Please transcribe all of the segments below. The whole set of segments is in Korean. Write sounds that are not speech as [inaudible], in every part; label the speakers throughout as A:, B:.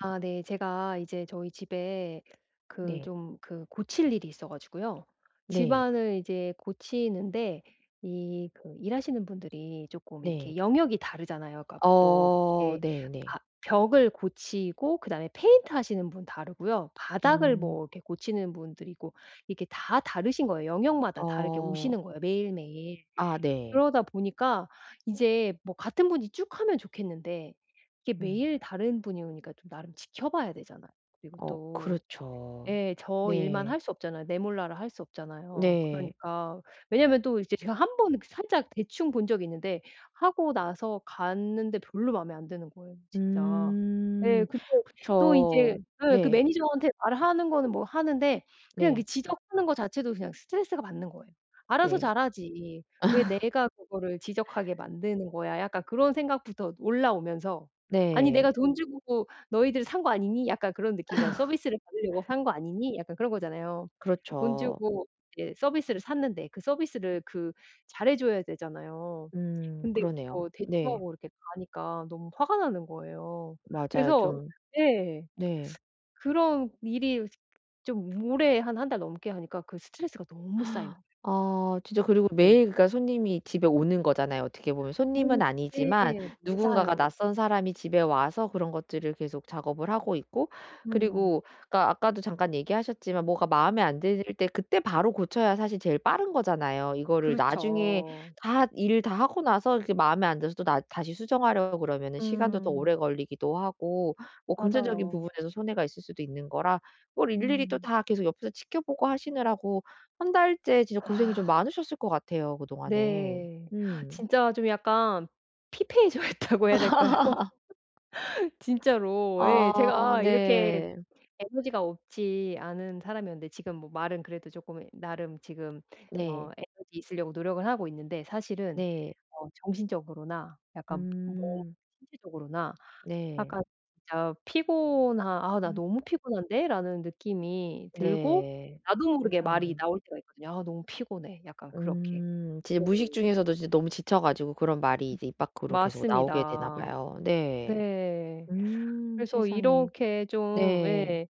A: 아 네. 제가 이제 저희 집에 그
B: 네.
A: 좀 그 고칠 일이 있어 가지고요.
B: 네.
A: 집안을 이제 고치는데 이 그 일하시는 분들이 조금 이렇게
B: 네.
A: 영역이 다르잖아요. 그러니까 뭐
B: 어
A: 이렇게
B: 네네.
A: 바 벽을 고치고 그다음에 페인트 하시는 분 다르고요. 바닥을
B: 음.
A: 뭐 이렇게 고치는 분들이고 이게 다 다르신 거예요. 영역마다 다르게
B: 어.
A: 오시는 거예요 매일매일.
B: 아 네.
A: 그러다 보니까 이제 뭐 같은 분이 쭉 하면 좋겠는데 이게
B: 음.
A: 매일 다른 분이 오니까 좀 나름 지켜봐야 되잖아요. 그리고
B: 어
A: 또
B: 그렇죠.
A: 예. 저 일만
B: 네.
A: 할 수 없잖아요. 내몰라라 할 수 없잖아요.
B: 네.
A: 그러니까 왜냐면 또 이제 제가 한 번 이렇게 살짝 대충 본 적이 있는데 하고 나서 갔는데 별로 마음에 안 드는 거예요 진짜. 예.
B: 음.
A: 근데 또 인제 예
B: 그쵸.
A: 그
B: 네.
A: 매니저한테 말하는 거는 뭐 하는데 그냥 그
B: 네.
A: 지적하는 거 자체도 그냥 스트레스가 받는 거예요. '알아서
B: 네.
A: 잘하지. 왜
B: [laughs]
A: 내가 그거를 지적하게 만드는 거야.' 약간 그런 생각부터 올라오면서 '아니
B: 네.
A: 내가 돈 주고 "너희들 산 거 아니니?" 약간 그런 느낌이잖아요. 서비스를 받으려고 산 거 아니니? 약간 그런 거잖아요. 돈
B: 그렇죠.
A: 주고 이제 서비스를 샀는데 그 서비스를 그 잘해 줘야 되잖아요. 근데
B: 그러네요.
A: 그거
B: 네.
A: 대충하고 이렇게 가니까 너무 화가 나는 거예요.
B: 맞아요.
A: 그래서
B: 좀
A: 예.
B: 네.
A: 그런 일이 좀 오래 한 달 넘게 하니까 그 스트레스가 너무 쌓인 거예요.
B: 아 진짜. 그리고
A: 네.
B: 매일 그러니까 손님이 집에 오는 거잖아요, 어떻게 보면.
A: 어
B: 손님은 아니지만
A: 네.
B: 누군가가,
A: 맞아요.
B: 낯선 사람이 집에 와서 그런 것들을 계속 작업을 하고 있고,
A: 음.
B: 그리고 그러니까 아까도 잠깐 얘기하셨지만, 뭐가 마음에 안 들 때 그때 바로 고쳐야 사실 제일 빠른 거잖아요. 이거를 나중에
A: 그렇죠.
B: 다 일 다 하고 나서 이렇게 마음에 안 들어서 또 나 다시 수정하려고 그러면은 시간도 더 오래
A: 음.
B: 걸리기도 하고, 뭐 금전적인
A: 맞아요.
B: 부분에서 손해가 있을 수도 있는 거라, 그걸 일일이 또
A: 음.
B: 다 계속 옆에서 지켜보고 하시느라고 한 달째 진짜 고생이 좀
A: 아.
B: 많으셨을 것 같아요, 그동안에.
A: 네.
B: 음.
A: 진짜 좀 약간 피폐해져 있다고 해야 될까요?
B: [laughs]
A: [laughs] 진짜로. 예.
B: 아
A: 제가 이렇게
B: 네.
A: 에너지가 없지 않은 사람이었는데 지금 뭐 말은 그래도 조금 나름 지금
B: 네.
A: 에너지 있으려고 노력을 하고 있는데 사실은
B: 네.
A: 정신적으로나 약간 몸
B: 음.
A: 신체적으로나
B: 네.
A: 약간 진짜 피곤한 '아 나
B: 음.
A: 너무 피곤한데?'라는 느낌이 들고
B: 네.
A: 나도 모르게 말이
B: 세상에.
A: 나올 때가 있거든요. '아 너무 피곤해.' 약간 그렇게.
B: 진짜
A: 네.
B: 무의식 중에서도 진짜 너무 지쳐 가지고 그런 말이 이제 입 밖으로 계속 나오게 되나
A: 맞습니다.
B: 봐요. 네.
A: 네. 그래서
B: 세상에.
A: 이렇게 좀
B: 네.
A: 예.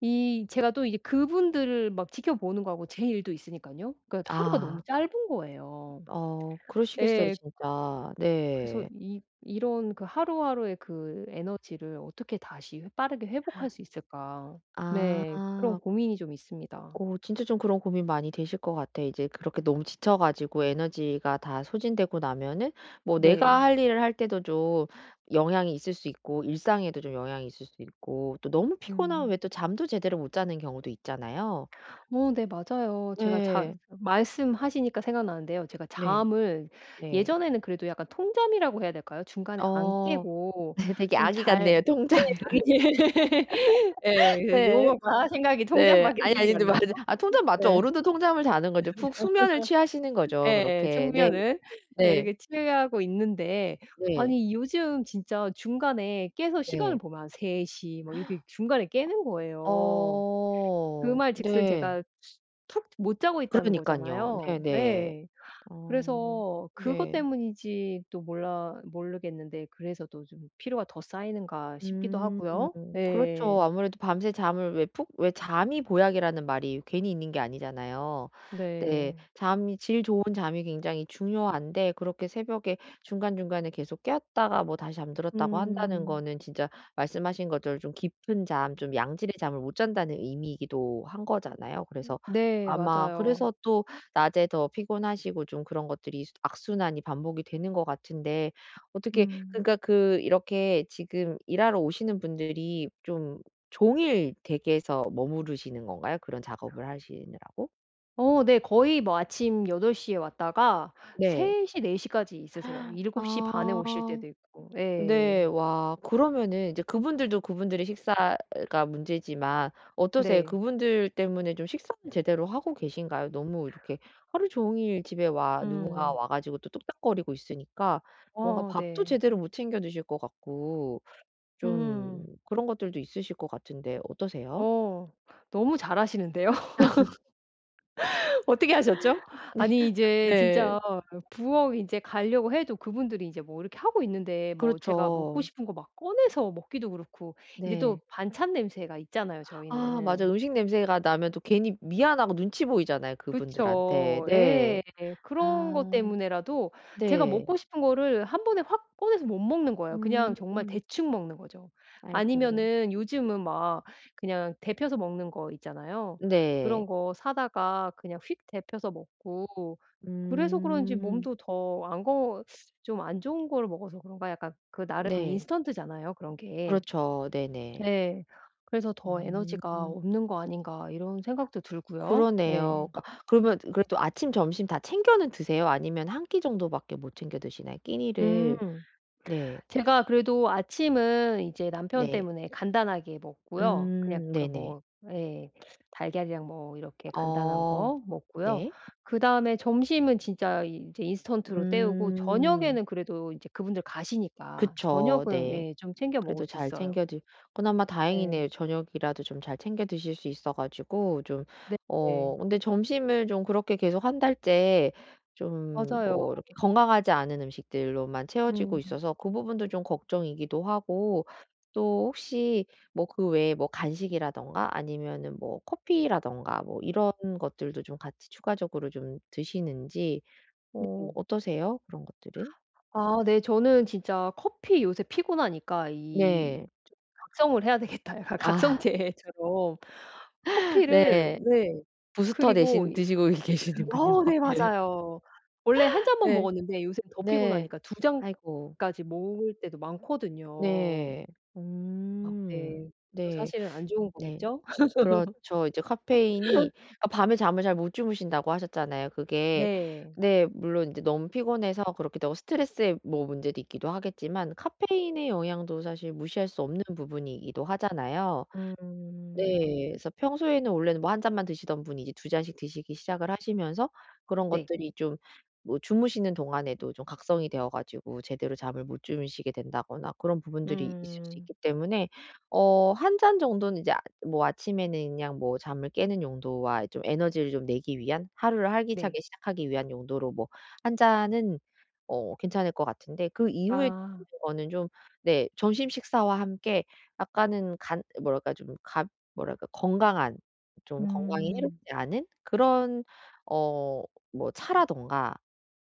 A: 이 제가 또 이제 그분들을 막 지켜보는 거하고 제 일도 있으니까요 그러니까 하루가 너무
B: 아.
A: 짧은 거예요.
B: 그러시겠어요
A: 예.
B: 진짜.
A: 그래서
B: 네.
A: 이 이런 그 하루하루의 그 에너지를 어떻게 다시 빠르게 회복할 수 있을까. 네. 그런
B: 아.
A: 고민이 좀 있습니다.
B: 진짜 좀 그런 고민 많이 되실 것 같아, 이제 그렇게 너무 지쳐 가지고 에너지가 다 소진되고 나면은 뭐 내가
A: 네.
B: 할 일을 할 때도 좀 영향이 있을 수 있고, 일상에도 좀 영향이 있을 수 있고, 또 너무 피곤하면
A: 음.
B: 왜 또 잠도 제대로 못 자는 경우도 있잖아요.
A: 네 맞아요. 제가 자
B: 네,
A: 말씀하시니까 생각나는데요. 제가
B: 네.
A: 잠을
B: 네.
A: 예전에는 그래도 약간 통잠이라고 해야 될까요? 중간에
B: 어
A: 안
B: [laughs]
A: 깨고
B: 네, 되게
A: 좀
B: 아기
A: 잘
B: 같네요,
A: 네
B: 통잠이라. [laughs]
A: 당연히 예 [laughs] 그
B: 네.
A: 용어가 생각이
B: 네.
A: 통잠밖에
B: 아니, 아니
A: 생각이 안
B: 근데 맞아,
A: 나서
B: 아 통잠 맞죠.
A: 예.
B: 어른도 통잠을 자는 거죠. 푹 수면을 취하시는 거죠,
A: 예
B: 그렇게. 네.
A: 숙면은 예
B: 네.
A: 이렇게 취하고 있는데
B: 네.
A: 아니 요즘 진짜 중간에 깨서 시간을
B: 네.
A: 보면 한 3 시 뭐 이렇게 중간에 깨는 거예요. 그
B: 어.
A: 말즉슨
B: 네.
A: 제가 푹 못 자고 있다는
B: 그러니깐요.
A: 거잖아요.
B: 네네.
A: 예.
B: 어.
A: 그래서 그것
B: 네.
A: 때문인지 또 몰라 모르겠는데 그래서 또 좀 피로가 더 쌓이는가 싶기도
B: 음.
A: 하고요.
B: 그렇죠.
A: 예.
B: 아무래도 밤새 잠을 왜 잠이 보약이라는 말이 괜히 있는 게 아니잖아요. 네.
A: 네.
B: 잠이 질 좋은 잠이 굉장히 중요한데 그렇게 새벽에 중간중간에 계속 깨었다가 뭐 다시 잠들었다고 한다는
A: 음.
B: 거는 진짜 말씀하신 것처럼 좀 깊은 잠 좀 양질의 잠을 못 잔다는 의미이기도 한 거잖아요. 그래서
A: 네
B: 아마
A: 맞아요.
B: 그래서 또 낮에 더 피곤하시고 좀 그런 것들이 악순환이 반복이 되는 것 같은데, 어떻게
A: 음.
B: 그러니까 그 이렇게 지금 일하러 오시는 분들이 좀 종일 댁에서 머무르시는 건가요? 그런 작업을 하시느라고?
A: 어 네. 거의 뭐 아침 8시에 왔다가
B: 네.
A: 3시네4 까지 있으세요. 7
B: 아.
A: 시반에 오실 때도 있고.
B: 네.
A: 예.
B: 와, 그러면은 이제 그분들도 그분들의 식사가 문제지만, 어떠세요?
A: 네.
B: 그분들 때문에 좀 식사는 제대로 하고 계신가요? 너무 이렇게 하루 종일 집에 와, 누군가
A: 음.
B: 와 가지고 또 뚝딱거리고 있으니까 뭔가
A: 어
B: 밥도
A: 네.
B: 제대로 못 챙겨 드실 것 같고, 좀
A: 음.
B: 그런 것들도 있으실 것 같은데, 어떠세요?
A: 어 너무 잘하시는데요. 어떻게 하셨죠?
B: 네.
A: 아니
B: [laughs]
A: 이제
B: 네.
A: 진짜 부엌 인제 가려고 해도 그분들이 인제 뭐 이렇게 하고 있는데 뭐 제가 먹고
B: 그렇죠.
A: 싶은 거 막 꺼내서 먹기도 그렇고 인제 또
B: 네.
A: 반찬 냄새가 있잖아요
B: 아
A: 저희는.
B: 맞아요. 음식 냄새가 나면 또 괜히 미안하고 눈치 보이잖아요, 그분들한테.
A: 그쵸.
B: 네.
A: 예. 그런 것
B: 아.
A: 때문에라도 제가
B: 네.
A: 먹고 싶은 거를 한 번에 확 꺼내서 못 먹는 거예요. 그냥
B: 음.
A: 정말 대충 먹는 거죠.
B: 아이고.
A: 아니면은 요즘은 막 그냥 데펴서 먹는 거 있잖아요. 그런
B: 네.
A: 거 사다가 그냥 휙 데펴서 먹고 그래서 그런지
B: 음.
A: 몸도 더 안 거 좀 안 좋은 거를 먹어서 그런가 약간 그 나름
B: 네.
A: 인스턴트잖아요 그런 게.
B: 그렇죠. 네네.
A: 네 그래서 '더 에너지가
B: 음.
A: 없는 거 아닌가.' 이런 생각도 들고요. 네.
B: 그러네요. 그러니까, 그러면 그래도 아침, 점심 다 챙겨는 드세요? 아니면 한 끼 정도밖에 못 챙겨 드시나요? 끼니를.
A: 음.
B: 네.
A: 제가 그래도 아침은 이제 남편
B: 네.
A: 때문에 간단하게 먹고요. 그냥
B: 음.
A: 그
B: 네네.
A: 뭐 예. 달걀이랑 뭐 이렇게 간단한
B: 어.
A: 거 먹고요.
B: 네.
A: 그다음에 점심은 진짜 이제 인스턴트로 때우고
B: 음.
A: 저녁에는 그래도 이제 그분들 가시니까
B: 그쵸.
A: 저녁은
B: 네.
A: 예 좀 챙겨 먹을
B: 그래도
A: 수
B: 잘
A: 있어요.
B: 챙겨 드 그나마
A: 네.
B: 다행이네요. 저녁이라도 좀 잘 챙겨 드실 수 있어 가지고 좀.
A: 네네.
B: 근데 점심을 좀 그렇게 계속 한 달째 좀
A: 맞아요.
B: 뭐 이렇게 건강하지 않은 음식들로만
A: 음.
B: 채워지고 있어서 그 부분도 좀 걱정이기도 하고, 또 혹시 뭐 그 외에 뭐 간식이라든가 아니면은 뭐 커피라든가, 뭐 이런 것들도 좀 같이 추가적으로 좀 드시는지.
A: 네.
B: 어떠세요, 그런 것들은?
A: 아 네. 저는 진짜 커피 요새 피곤하니까 이
B: 네.
A: 좀 각성을 해야 되겠다. [laughs] 약간
B: 아
A: 각성제처럼 커피를
B: 네.
A: 네.
B: 부스터
A: 그리고
B: 대신
A: 이
B: 드시고 [laughs] 계시는군요,
A: 어 네
B: 커피를.
A: 맞아요. 원래 한 잔만
B: 네.
A: 먹었는데 요새는 더
B: 네.
A: 피곤하니까 두
B: 아이고.
A: 잔까지 먹을 때도 많거든요.
B: 네.
A: 아
B: 음.
A: 네. 그것도
B: 네.
A: 사실은 안 좋은
B: 네.
A: 거겠죠? [laughs]
B: 그렇죠. 이제 카페인이 아 밤에 잠을 잘 못 주무신다고 하셨잖아요. 그게,
A: 네.
B: 네, 물론 인제 너무 피곤해서 그렇게 되고 스트레스의 뭐 문제도 있기도 하겠지만, 카페인의 영향도 사실 무시할 수 없는 부분이기도 하잖아요.
A: 음.
B: 네. 그래서 평소에는, 원래는 뭐 한 잔만 드시던 분이 이제 두 잔씩 드시기 시작을 하시면서 그런
A: 네.
B: 것들이 좀 뭐 주무시는 동안에도 좀 각성이 되어 가지고 제대로 잠을 못 주무시게 된다거나 그런 부분들이 있을 수
A: 음.
B: 있기 때문에, 한 잔 정도는 이제 뭐 아침에는 그냥 뭐 잠을 깨는 용도와 좀 에너지를 좀 내기 위한, 하루를
A: 네.
B: 활기차게 시작하기 위한 용도로 뭐 한 잔은 괜찮을 것 같은데, 그 이후에
A: 아.
B: 드시는 거는 좀, 네, 점심 식사와 함께 약간은 간 뭐랄까, 좀가 뭐랄까, 건강한 좀 건강에
A: 음.
B: 해롭지 않은 그런 어 뭐 차라든가,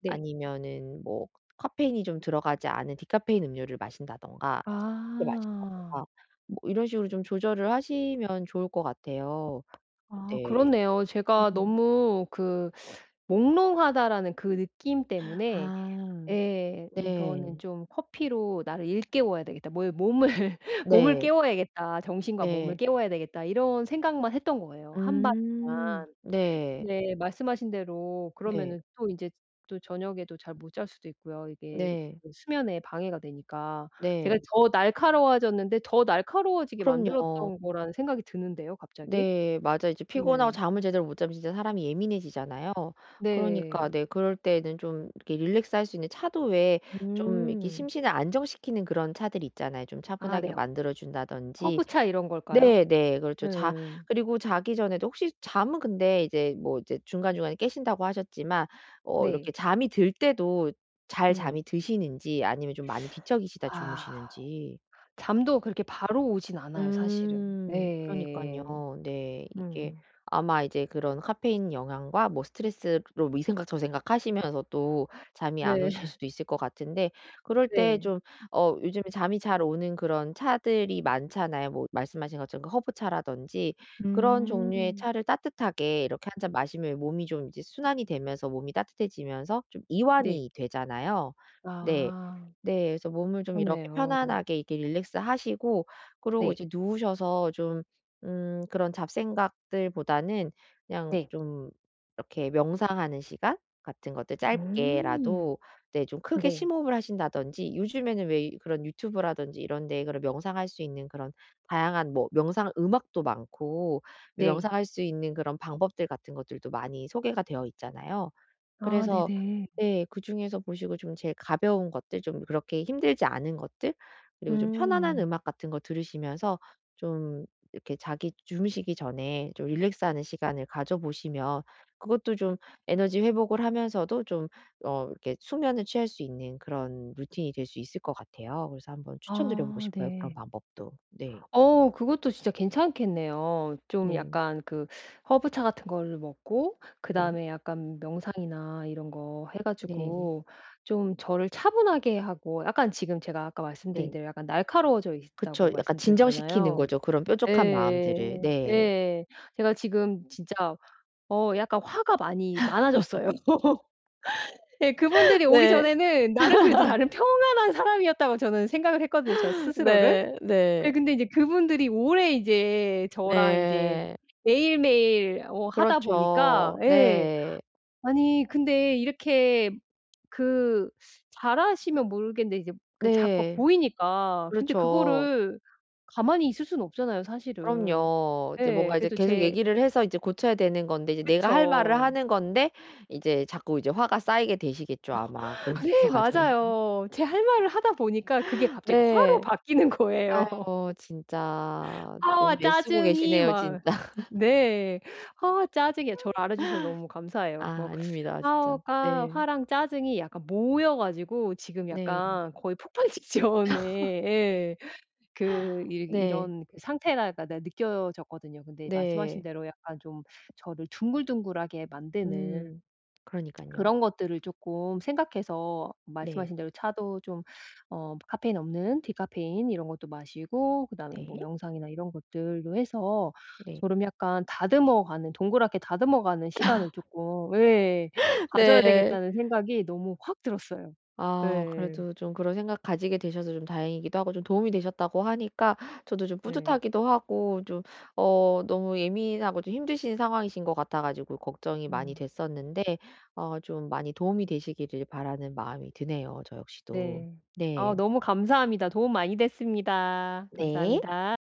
A: 네.
B: 아니면은 뭐 카페인이 좀 들어가지 않은 디카페인 음료를 마신다든가, 이제 커피를
A: 아.
B: 마신다든가 뭐 이런 식으로 좀 조절을 하시면 좋을 것 같아요.
A: 아
B: 네.
A: 그렇네요. 제가
B: 음.
A: 너무 그 몽롱하다라는 그 느낌 때문에
B: 아.
A: 예. '이거는
B: 네.
A: 좀 커피로 나를 일깨워야 되겠다. 뭘 몸을 [laughs] 몸을
B: 네.
A: 깨워야겠다. 정신과 몸을
B: 네.
A: 깨워야 되겠다.' 이런 생각만 했던 거예요,
B: 음.
A: 한밤중간.
B: 네.
A: 네. 말씀하신 대로
B: 네.
A: 그러면은 또 인제 또 저녁에도 잘 못 잘 수도 있고요. 이게
B: 네.
A: 그 수면에 방해가 되니까. 제가
B: 네.
A: 더 날카로워졌는데 더 날카로워지게
B: 그럼요.
A: 만들었던 거라는 생각이 드는데요, 갑자기.
B: 네. 맞아. 이제 피곤하고
A: 네.
B: 잠을 제대로 못 자면 진짜 사람이 예민해지잖아요. 그러니까,
A: 네.
B: 네, 그럴 때는 좀 이렇게 릴렉스할 수 있는 차도, 왜 좀 이렇게
A: 음.
B: 심신을 안정시키는 그런 차들 있잖아요. 좀
A: 아
B: 차분하게
A: 네.
B: 만들어 준다든지.
A: 허브차 이런 걸까요?
B: 네네.
A: 예.
B: 그렇죠. 자, 그리고 자기 전에도 혹시 잠은, 근데 이제 뭐 이제 중간중간에 깨신다고 하셨지만, 이렇게
A: 네.
B: 잠이 들 때도 잘 잠이
A: 음.
B: 드시는지, 아니면 좀 많이 뒤척이시다
A: 아.
B: 주무시는지.
A: 잠도 그렇게 바로 오진 않아요 사실은.
B: 음. 그러니까
A: 네.
B: 요 네. 이게
A: 음.
B: 아마 이제 그런 카페인 영향과 뭐 스트레스로 뭐 이 생각 저 생각 하시면서 또 잠이 안
A: 네.
B: 오실
A: [laughs]
B: 수도 있을 것 같은데, 그럴 때
A: 네.
B: 좀 요즘에 잠이 잘 오는 그런 차들이 많잖아요. 뭐 말씀하신 것처럼 그 허브차라든지 그런 종류의
A: 음.
B: 차를 따뜻하게 이렇게 한 잔 마시면 몸이 좀 이제 순환이 되면서 몸이 따뜻해지면서 좀
A: 네.
B: 이완이 되잖아요. 네.
A: 아.
B: 네. 그래서 몸을 좀 이렇게
A: 그렇네요.
B: 편안하게 이렇게 릴렉스하시고, 그러고
A: 네.
B: 이제 누우셔서 좀 그런 잡생각들보다는 그냥
A: 네.
B: 좀 이렇게 명상하는 시간 같은 것들
A: 음.
B: 짧게라도, 네, 좀 크게
A: 네.
B: 심호흡을 하신다든지. 요즘에는 왜 그런 유튜브라든지 이런 데에 그런 명상할 수 있는 그런 다양한 뭐 명상 음악도 많고
A: 네.
B: 명상할 수 있는 그런 방법들 같은 것들도 많이 소개가 되어 있잖아요.
A: 아
B: 그래서,
A: 네네.
B: 네, 그중에서 보시고 좀 제일 가벼운 것들, 좀 그렇게 힘들지 않은 것들, 그리고 좀 편안한
A: 음.
B: 음악 같은 거 들으시면서 좀 이렇게 자기 주무시기 전에 좀 릴렉스하는 시간을 가져보시면 그것도 좀 에너지 회복을 하면서도 좀 이렇게 숙면을 취할 수 있는 그런 루틴이 될 수 있을 것 같아요. 그래서 한번 추천드려 보고
A: 아
B: 싶어요, 그런
A: 네.
B: 방법도. 네.
A: 어 그것도 진짜 괜찮겠네요. 좀
B: 네.
A: 약간 그 허브차 같은 거를 먹고
B: 네.
A: 그다음에 약간 명상이나 이런 거 해
B: 네.
A: 가지고 좀 저를 차분하게 하고 약간 지금 제가 아까 말씀드린
B: 네.
A: 대로 약간 날카로워져 있다고
B: 그쵸. 약간 진정시키는
A: 말씀드렸잖아요.
B: 거죠, 그런 뾰족한 마음들을.
A: 예예예.
B: 네.
A: 예. 제가 지금 진짜 약간 화가 많이 많아졌어요. [laughs] 예 그분들이
B: [laughs]
A: 오기
B: 네.
A: 전에는 나름 평안한 사람이었다고 저는 생각을 했거든요, 저 스스로를.
B: 네. 네.
A: 네, 근데 이제 그분들이 오래 이제 저랑 이제
B: 네.
A: 매일매일 어 하다 보니까
B: 그렇죠.
A: 예.
B: 네.
A: 아니 근데 이렇게 그 잘하시면 모르겠는데 이제 그 자꾸
B: 네.
A: 보이니까 근데
B: 그렇죠.
A: 그거를 가만히 있을 수는 없잖아요 사실은.
B: 그럼요. 이제
A: 예.
B: 뭔가 이제
A: 그래도
B: 계속
A: 제
B: 얘기를 해서 이제 고쳐야 되는 건데 이제 내가 할 말을
A: 그쵸.
B: 하는 건데 이제 자꾸 이제 화가 쌓이게 되시겠죠, 아마 그런
A: 네
B: [laughs] 과정에.
A: 맞아요. 제 할 말을 하다 보니까 그게 갑자기 화로
B: 네.
A: 바뀌는 거예요.
B: 아유
A: [laughs]
B: 진짜
A: 화와
B: 너무 애쓰고
A: 짜증이
B: 계시네요, 진짜.
A: 막
B: [laughs]
A: 네. 아 짜증이야. 저를 알아주셔서 너무
B: 아
A: 감사해요. 뭐
B: 아닙니다 진짜.
A: 화가
B: 네.
A: 화랑 짜증이 약간 모여 가지고 지금
B: 네.
A: 약간 거의 폭발 [laughs] 직전에 예 그 이
B: 네.
A: 이런 그 상태가 네 느껴졌거든요. 근데 말씀하신
B: 네.
A: 대로 약간 좀 저를 둥글둥글하게 만드는
B: 음. 그러니까요.
A: 그런 것들을 조금 생각해서
B: 네.
A: 말씀하신 대로 차도 좀 어 카페인 없는 디카페인 이런 것도 마시고 그다음에 뭐
B: 네.
A: 명상이나 이런 것들로 해서
B: 네.
A: 저름 약간 다듬어 가는 동그랗게 다듬어 가는 시간을 쪼끔 예
B: [laughs]
A: 가져야
B: 네.
A: 되겠다는 생각이 너무 확 들었어요.
B: 아
A: 예.
B: 그래도 좀 그런 생각 가지게 되셔서 좀 다행이기도 하고, 좀 도움이 되셨다고 하니까 저도 좀
A: 네.
B: 뿌듯하기도 하고, 좀 너무 예민하고 좀 힘드신 상황이신 것 같아 가지고 걱정이 많이
A: 음.
B: 됐었는데, 좀 많이 도움이 되시기를 바라는 마음이 드네요, 저 역시도.
A: 네. 아
B: 네.
A: 너무 감사합니다. 도움 많이 됐습니다.
B: 네.
A: 감사합니다.